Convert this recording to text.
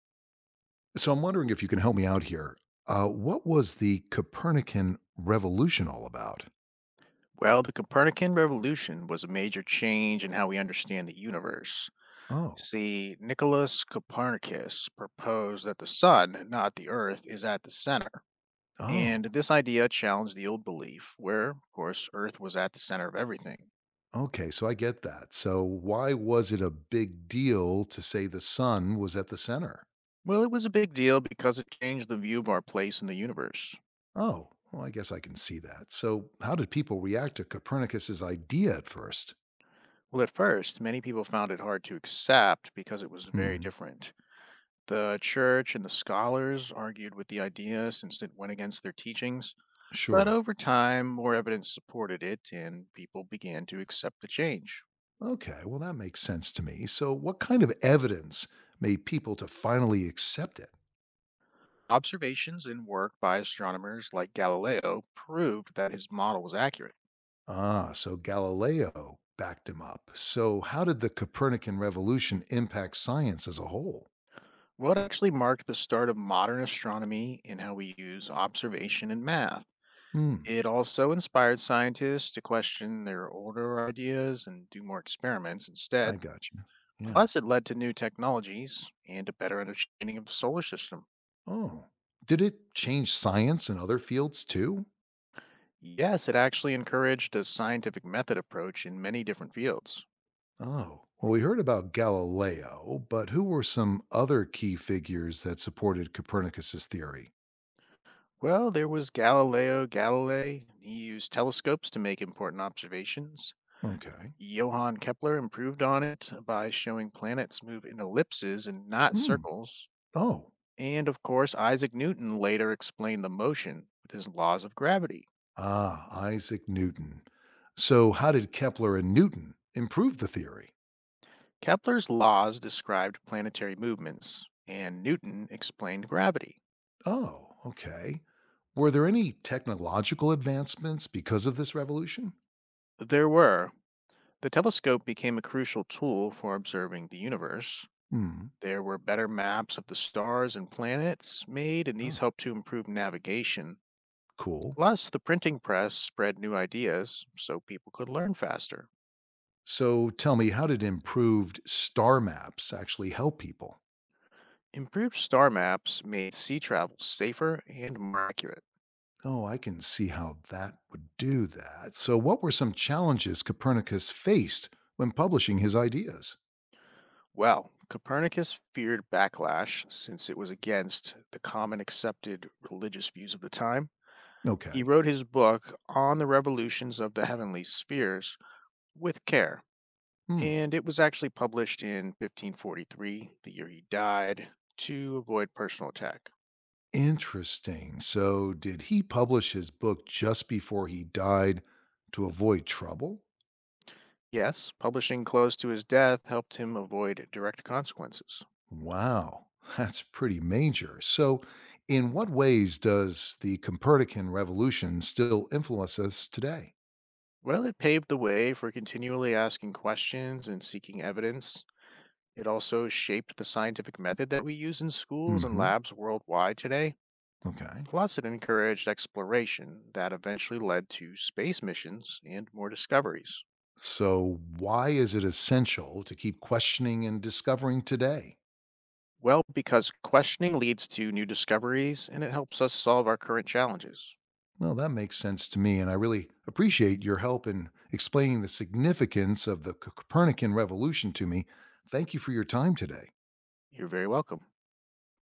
So I'm wondering if you can help me out here. What was the Copernican revolution all about? Well, the Copernican revolution was a major change in how we understand the universe. Oh, See, Nicholas Copernicus proposed that the sun, not the earth, is at the center. And oh, this idea challenged the old belief, where, of course, earth was at the center of everything. okay. So I get that. So why was it a big deal to say the sun was at the center? Well, it was a big deal because it changed the view of our place in the universe. Oh, well, I guess I can see that. So how did people react to Copernicus's idea at first? Well, at first, many people found it hard to accept because it was very Hmm, different. The church and the scholars argued with the idea since it went against their teachings. But sure. over time, more evidence supported it, and people began to accept the change. Okay, well, that makes sense to me. So what kind of evidence made people to finally accept it? Observations and work by astronomers like Galileo proved that his model was accurate. Ah, so Galileo backed him up. So, how did the Copernican revolution impact science as a whole? What actually marked the start of modern astronomy in how we use observation and math? Hmm, It also inspired scientists to question their older ideas and do more experiments I instead. got you. Yeah. Plus, it led to new technologies and a better understanding of the solar system. Oh, did it change science in other fields too? Yes, it actually encouraged a scientific method approach in many different fields. Oh, well, we heard about Galileo, but who were some other key figures that supported Copernicus's theory? Well, there was Galileo Galilei. He used telescopes to make important observations. Okay. Johann Kepler improved on it by showing planets move in ellipses and not Hmm. circles. Oh, And of course, Isaac Newton later explained the motion with his laws of gravity. ah, Isaac Newton. So, how did Kepler and Newton improve the theory? Kepler's laws described planetary movements, and Newton explained gravity. Oh, okay. Were there any technological advancements because of this revolution? There were. The telescope became a crucial tool for observing the universe. Hmm. There were better maps of the stars and planets made, and these Oh, helped to improve navigation. cool. Plus, the printing press spread new ideas so people could learn faster. So tell me, how did improved star maps actually help people? Improved star maps made sea travel safer and more accurate. Oh, I can see how that would do that. So, what were some challenges Copernicus faced when publishing his ideas? Well, Copernicus feared backlash since it was against the common accepted religious views of the time. He Okay. wrote his book on the revolutions of the heavenly spheres with care, Hmm. and it was actually published in 1543, the year he died, to avoid personal attack. Interesting. So, did he publish his book just before he died to avoid trouble? Yes, publishing close to his death helped him avoid direct consequences. Wow, that's pretty major. So, in what ways does the Copernican revolution still influence us today? While it paved the way for continually asking questions and seeking evidence, it also shaped the scientific method that we use in schools and Hmm. labs worldwide today. Okay. Plus, it encouraged exploration that eventually led to space missions and more discoveries. So, why is it essential to keep questioning and discovering today? Well, because questioning leads to new discoveries and it helps us solve our current challenges. Well, that makes sense to me, and I really appreciate your help in explaining the significance of the Copernican revolution to me. Thank you for your time today. You're very welcome.